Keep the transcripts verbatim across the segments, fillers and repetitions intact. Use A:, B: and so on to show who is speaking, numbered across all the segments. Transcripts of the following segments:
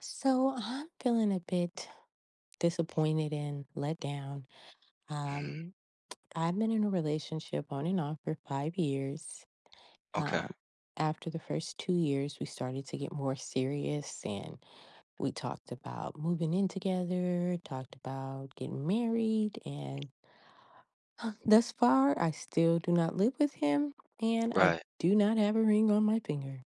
A: So I'm feeling a bit disappointed and let down.
B: Mm,
A: Um, I've been in a relationship on and off for five years.
B: okay.
A: Um, After the first two years, we started to get more serious and we talked about moving in together, talked about getting married. And thus far, I still do not live with him and I
B: Right.
A: do not have a ring on my finger.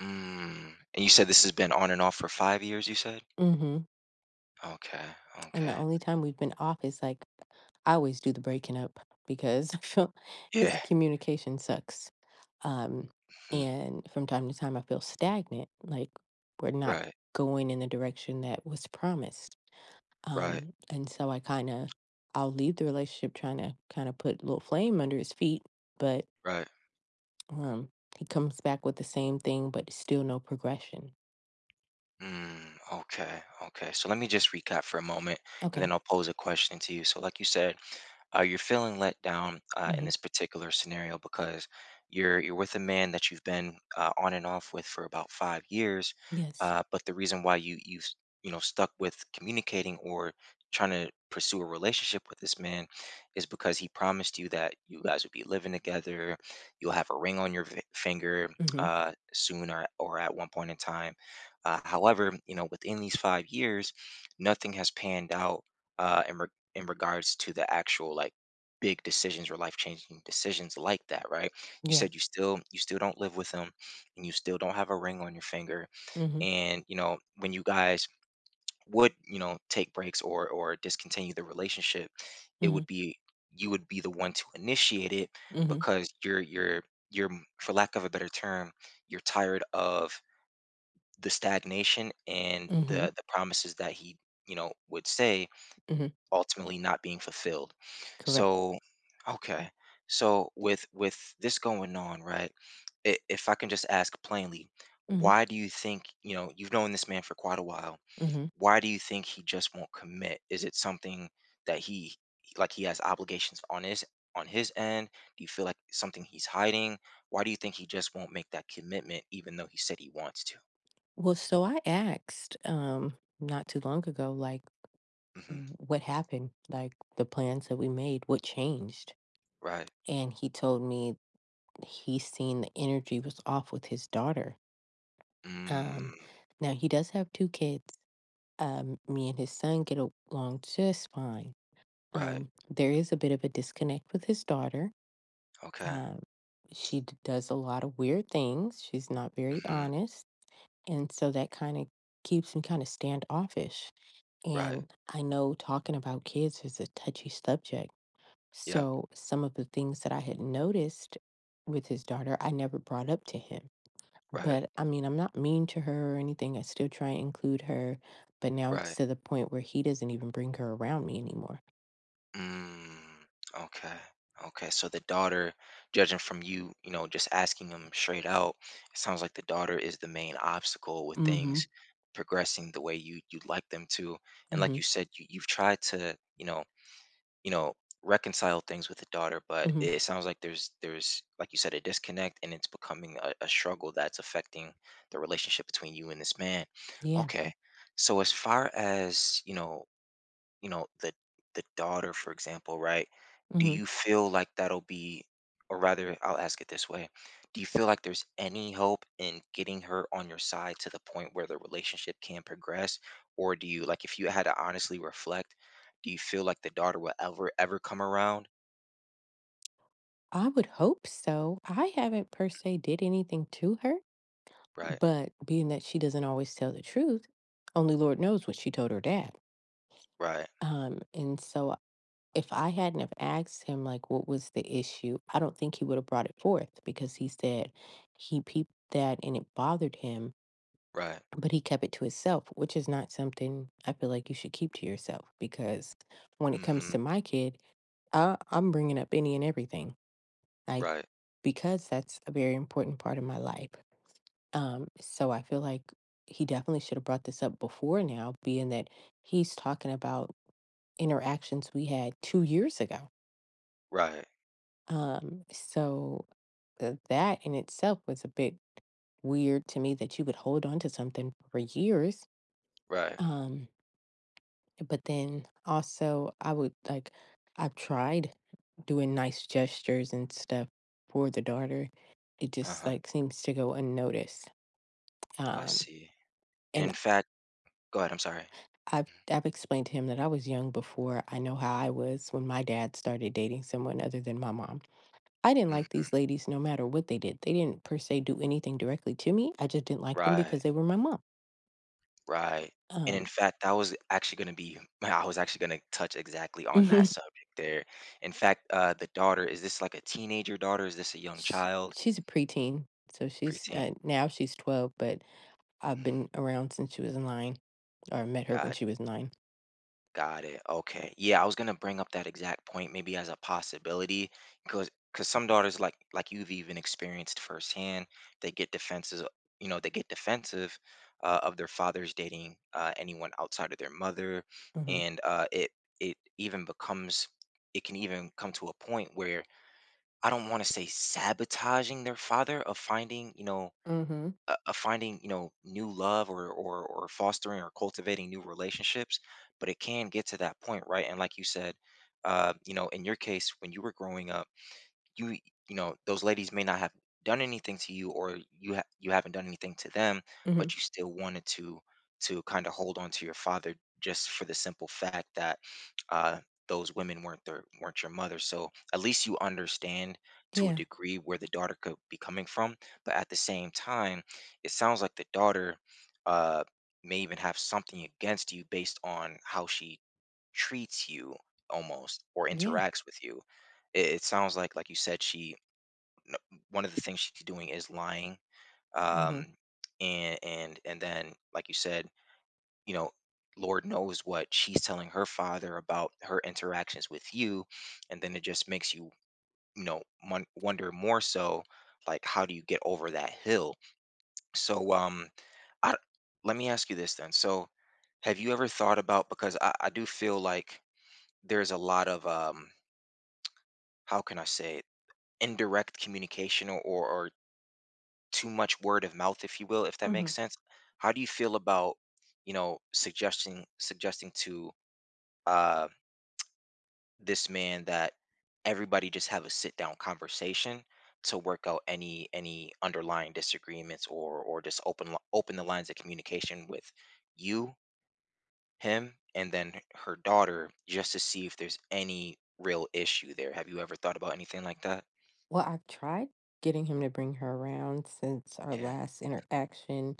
B: Mm. And you said this has been on and off for five years, you said?
A: Mm-hmm.
B: Okay.
A: And the
B: Okay.
A: only time we've been off is like I always do the breaking up because I feel his
B: Yeah.
A: communication sucks. Um,
B: Mm,
A: and from time to time, I feel stagnant, like we're not
B: right.
A: going in the direction that was promised.
B: Right.
A: Um, and so I kind of, I'll leave the relationship trying to kind of put a little flame under his feet, but
B: Right.
A: um, he comes back with the same thing, but still no progression.
B: Mm, okay, okay. So let me just recap for a moment, and
A: Okay.
B: then I'll pose a question to you. So, like you said, uh, you're feeling let down uh, in
A: Mm-hmm.
B: this particular scenario because you're you're with a man that you've been uh, on and off with for about five years,
A: Yes.
B: uh, but the reason why you you s- you know stuck with communicating or trying to pursue a relationship with this man is because he promised you that you guys would be living together, you'll have a ring on your v- finger
A: Mm-hmm.
B: uh, soon or or at one point in time, uh, however, you know, within these five years, nothing has panned out uh, in, re- in regards to the actual like big decisions or life changing decisions like that, right? You
A: Yeah.
B: said you still you still don't live with him, and you still don't have a ring on your finger.
A: Mm-hmm.
B: And you know, when you guys would you know take breaks or or discontinue the relationship, it
A: Mm-hmm.
B: would be you would be the one to initiate it
A: Mm-hmm.
B: because you're you're you're for lack of a better term you're tired of the stagnation and
A: Mm-hmm.
B: the the promises that he you know would say
A: Mm-hmm.
B: ultimately not being fulfilled.
A: Correct.
B: So okay, so with with this going on, right, i- if I can just ask plainly,
A: Mhm,
B: why do you think, you know, you've known this man for quite a while,
A: mhm.
B: why do you think he just won't commit? Is it something that he, like he has obligations on his on his end, do you feel like something he's hiding, why do you think he just won't make that commitment even though he said he wants to?
A: Well, so I asked, um, not too long ago, like, "W
B: Hmm.
A: what happened? Like, the plans that we made, what changed?"
B: Right.
A: And he told me he's seen the energy was off with his daughter. Um,
B: Mm,
A: Now he does have two kids. Um, me and his son get along just fine.
B: right.
A: Um, there is a bit of a disconnect with his daughter.
B: Okay.
A: Um, she d does a lot of weird things. She's not very
B: Hmm.
A: honest. And so that kind of keeps me kind of standoffish.
B: Right.
A: And I know talking about kids is a touchy subject.
B: Yep.
A: So some of the things that I had noticed with his daughter, I never brought up to him.
B: Right.
A: But I mean, I'm not mean to her or anything. I still try and include her. But now it's
B: Right.
A: to the point where he doesn't even bring her around me anymore.
B: Mm, okay. Okay. So the daughter, judging from you, you know, just asking them straight out, it sounds like the daughter is the main obstacle with
A: Mm-hmm.
B: things progressing the way you you'd like them to. And like
A: Mm-hmm.
B: you said, you, you've tried to, you know, you know, reconcile things with the daughter, but
A: Mm-hmm.
B: it sounds like there's there's like you said a disconnect and it's becoming a, a struggle that's affecting the relationship between you and this man.
A: Yeah.
B: Okay, so as far as you know, you know the the daughter for example, right, do
A: Mm-hmm.
B: you Mhm. feel like that'll be, or rather I'll ask it this way, do you feel like there's any hope in getting her on your side to the point where the relationship can progress, or do you, like if you had to honestly reflect, do you feel like the daughter will ever ever come around?
A: I would hope so. I haven't per se did anything to her.
B: Right.
A: But being that she doesn't always tell the truth, only Lord knows what she told her dad.
B: Right.
A: Um, and so if I hadn't have asked him like what was the issue, I don't think he would have brought it forth because he said he peeped that and it bothered him,
B: Right.
A: but he kept it to himself, which is not something I feel like you should keep to yourself because when it comes
B: Mm-hmm.
A: to my kid, I, I'm bringing up any and everything. Like
B: Right.
A: because that's a very important part of my life. Um, so I feel like he definitely should have brought this up before now, being that he's talking about interactions we had two years ago.
B: Right.
A: Um, so uh, that in itself was a bit weird to me that you would hold on to something for years.
B: Right.
A: Um, but then also, I would like, I've tried doing nice gestures and stuff for the daughter. It just
B: Uh-huh.
A: like seems to go unnoticed.
B: I
A: Um,
B: see. And
A: and
B: in fact, go ahead, I'm sorry.
A: I've I've explained to him that I was young before I know how I was when my dad started dating someone other than my mom. I didn't like these
B: Mm-hmm.
A: ladies no matter what they did. They didn't per se do anything directly to me. I just didn't like them
B: Right.
A: because they were my mom.
B: Right, and in
A: Um,
B: fact, that was actually gonna be I was actually gonna touch exactly on that subject there. In fact, uh, the daughter, is this like a teenager daughter? Is this a young
A: sh-
B: child?
A: she's a preteen, so she's
B: Preteen?
A: uh, now she's twelve, but I've
B: Mhm,
A: been around since she was nine, or I met her when
B: got
A: she was nine.
B: Got it. Okay. Yeah, I was gonna bring up that exact point maybe as a possibility because because some daughters like like you've even experienced firsthand, they get defenses, you know, they get defensive uh, of their fathers dating uh, anyone outside of their mother,
A: Mm-hmm.
B: and uh, it it even becomes it can even come to a point where I don't want to say sabotaging their father of finding, you know,
A: Mm-hmm.
B: uh, of finding you know new love, or, or or fostering or cultivating new relationships, but it can get to that point, right, and like you said, uh, you know, in your case when you were growing up, you you know those ladies may not have done anything to you or you ha- you haven't done anything to them,
A: Mm-hmm.
B: but you still wanted to to kind of hold on to your father just for the simple fact that uh those women weren't their weren't your mother. So at least you understand to a
A: Yeah.
B: degree where the daughter could be coming from, but at the same time it sounds like the daughter uh may even have something against you based on how she treats you almost or
A: Yeah.
B: interacts with you. it, it sounds like like you said, she, one of the things she's doing is lying,
A: Mm-hmm.
B: um and and and then like you said, you know, lord knows what she's telling her father about her interactions with you, and then it just makes you, you know, mon- wonder more so like how do you get over that hill. So um I, let me ask you this then, so have you ever thought about, because I, I do feel like there's a lot of um how can I say it, indirect communication or or too much word of mouth, if you will, if that
A: Mm-hmm.
B: makes sense. How do you feel about, you know, suggesting suggesting to uh, this man that everybody just have a sit down conversation to work out any any underlying disagreements, or or just open li- open the lines of communication with you, him, and then her daughter just to see if there's any real issue there. Have you ever thought about anything like that?
A: Well, I've tried getting him to bring her around since our
B: Yeah.
A: last interaction,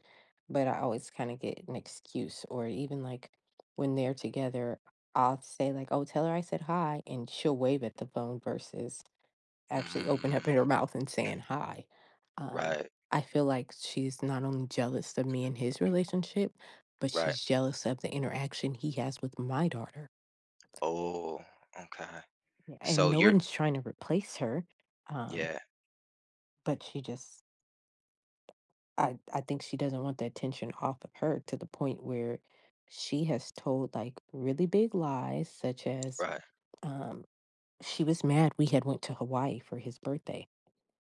A: but I always kind of get an excuse, or even like when they're together, I'll say like, "Oh, tell her I said hi," and she'll wave at the phone versus actually open up in
B: Mm,
A: her mouth and saying hi. Um,
B: right.
A: I feel like she's not only jealous of me and his relationship, but
B: Right.
A: she's jealous of the interaction he has with my daughter.
B: Oh, okay.
A: Yeah. And oh,
B: So
A: no, yeah,
B: you're
A: one's trying to replace her. Um,
B: Yeah,
A: but she just I I think she doesn't want the attention off of her to the point where she has told like really big lies, such as
B: right.
A: um, she was mad we had went to Hawaii for his birthday.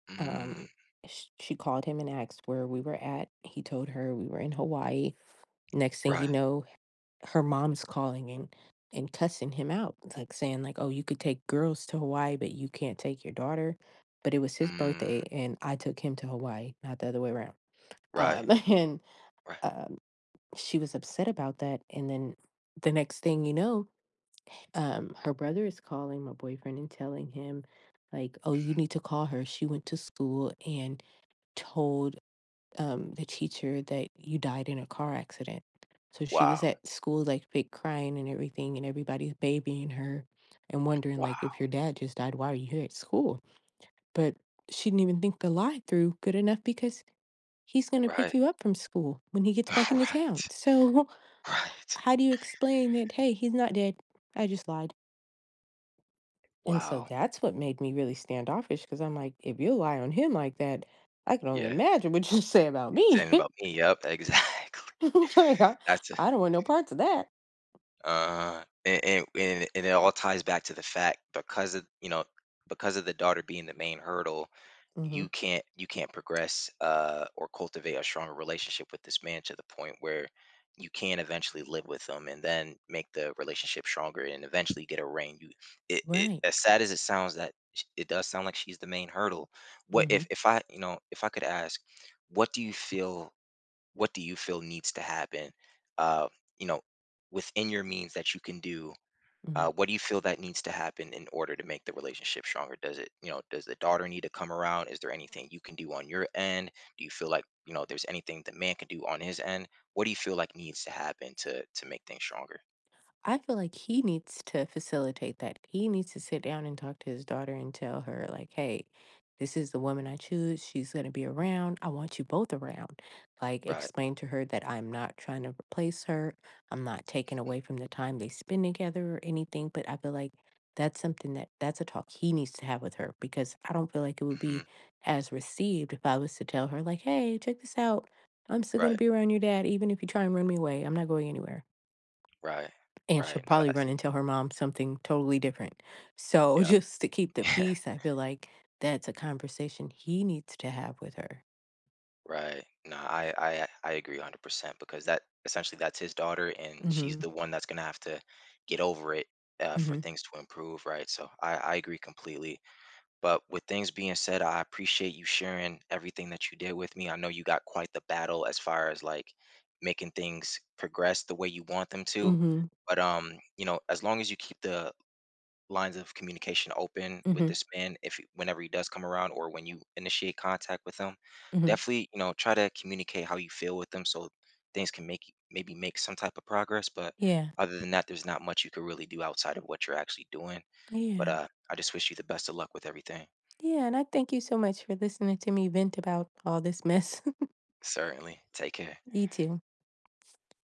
B: Mm,
A: Um, sh- she called him and asked where we were at. He told her we were in Hawaii. Next thing
B: right.
A: you know, her mom's calling and and cussing him out, like saying like, "Oh, you could take girls to Hawaii, but you can't take your daughter." But it was his
B: Mm,
A: birthday, and I took him to Hawaii, not the other way around,
B: right,
A: um and
B: right.
A: um, she was upset about that. And then the next thing you know, um, her brother is calling my boyfriend and telling him, like, oh, you need to call her. She went to school and told um, the teacher that you died in a car accident. So she was
B: Wow,
A: at school, like fake crying and everything, and everybody's babying her and wondering,
B: wow.
A: like, if your dad just died, why are you here at school? But she didn't even think the lie through good enough because he's going to pick
B: Right,
A: you up from school when he gets back into
B: right,
A: town. So
B: right.
A: how do you explain that, "Hey, he's not dead. I just lied." And so
B: Wow.
A: that's what made me really standoffish. Because 'cause I'm like, "If you lie on him like that, I can only
B: Yeah,
A: imagine what you say about
B: it's
A: me."
B: saying about me. Yep, exactly.
A: Like, I
B: That's a,
A: I don't want no parts of that.
B: uh, and, and and it and it all ties back to the fact, because of you know, because of the daughter being the main hurdle,
A: Hmm.
B: you can't you can't progress uh, or cultivate a stronger relationship with this man to the point where you can eventually live with them and then make the relationship stronger and eventually get a ring. You, it, it,
A: Right.
B: as sad as it sounds, that sh- it does sound like she's the main hurdle. What if
A: Mhm.
B: if I you know if I could ask, what do you feel? What do you feel needs to happen? Uh, you know, within your means that you can do,
A: Mhm. Mhm.
B: uh, what do you feel that needs to happen in order to make the relationship stronger? Does it, you know, does the daughter need to come around? Is there anything you can do on your end? Do you feel like, you know, there's anything the man can do on his end? What do you feel like needs to happen to to make things stronger?
A: I feel like he needs to facilitate that. He needs to sit down and talk to his daughter and tell her, like, hey, this is the woman I choose. She's going to be around. I want you both around. Like,
B: Right.
A: explain to her that I'm not trying to replace her. I'm not taking
B: Mm.
A: away from the time they spend together or anything. But I feel like that's something that that's a talk he needs to have with her because I don't feel like it would
B: Mm-hmm.
A: be as received if I was to tell her, like, hey, check this out. I'm still going to
B: Right.
A: be around your dad, even if you try and run me away. I'm not going anywhere
B: Right.
A: and she'll
B: Right. No,
A: probably
B: that's
A: run and tell her mom something totally different. So
B: yep.
A: just to keep the peace, I feel like that's a conversation he needs to have with her.
B: Right. No, I I I agree one hundred percent because that essentially that's his daughter and she's
A: Mhm.
B: the one that's going to have to get over it uh, for
A: Mhm.
B: things to improve, right? So I I agree completely. But with things being said, I appreciate you sharing everything that you did with me. I know you got quite the battle as far as like making things progress the way you want them to.
A: Mhm.
B: But um, you know, as long as you keep the lines of communication open with
A: Mhm.
B: this man, if he- whenever he does come around or when you initiate contact with him,
A: Mhm.
B: definitely you know try to communicate how you feel with them so things can make maybe make some type of progress. But
A: Yeah.
B: other than that, there's not much you can really do outside of what you're actually doing. But
A: Yeah.
B: uh, I just wish you the best of luck with everything.
A: Yeah, and I thank you so much for listening to me vent about all this mess.
B: Certainly. Take care.
A: You too.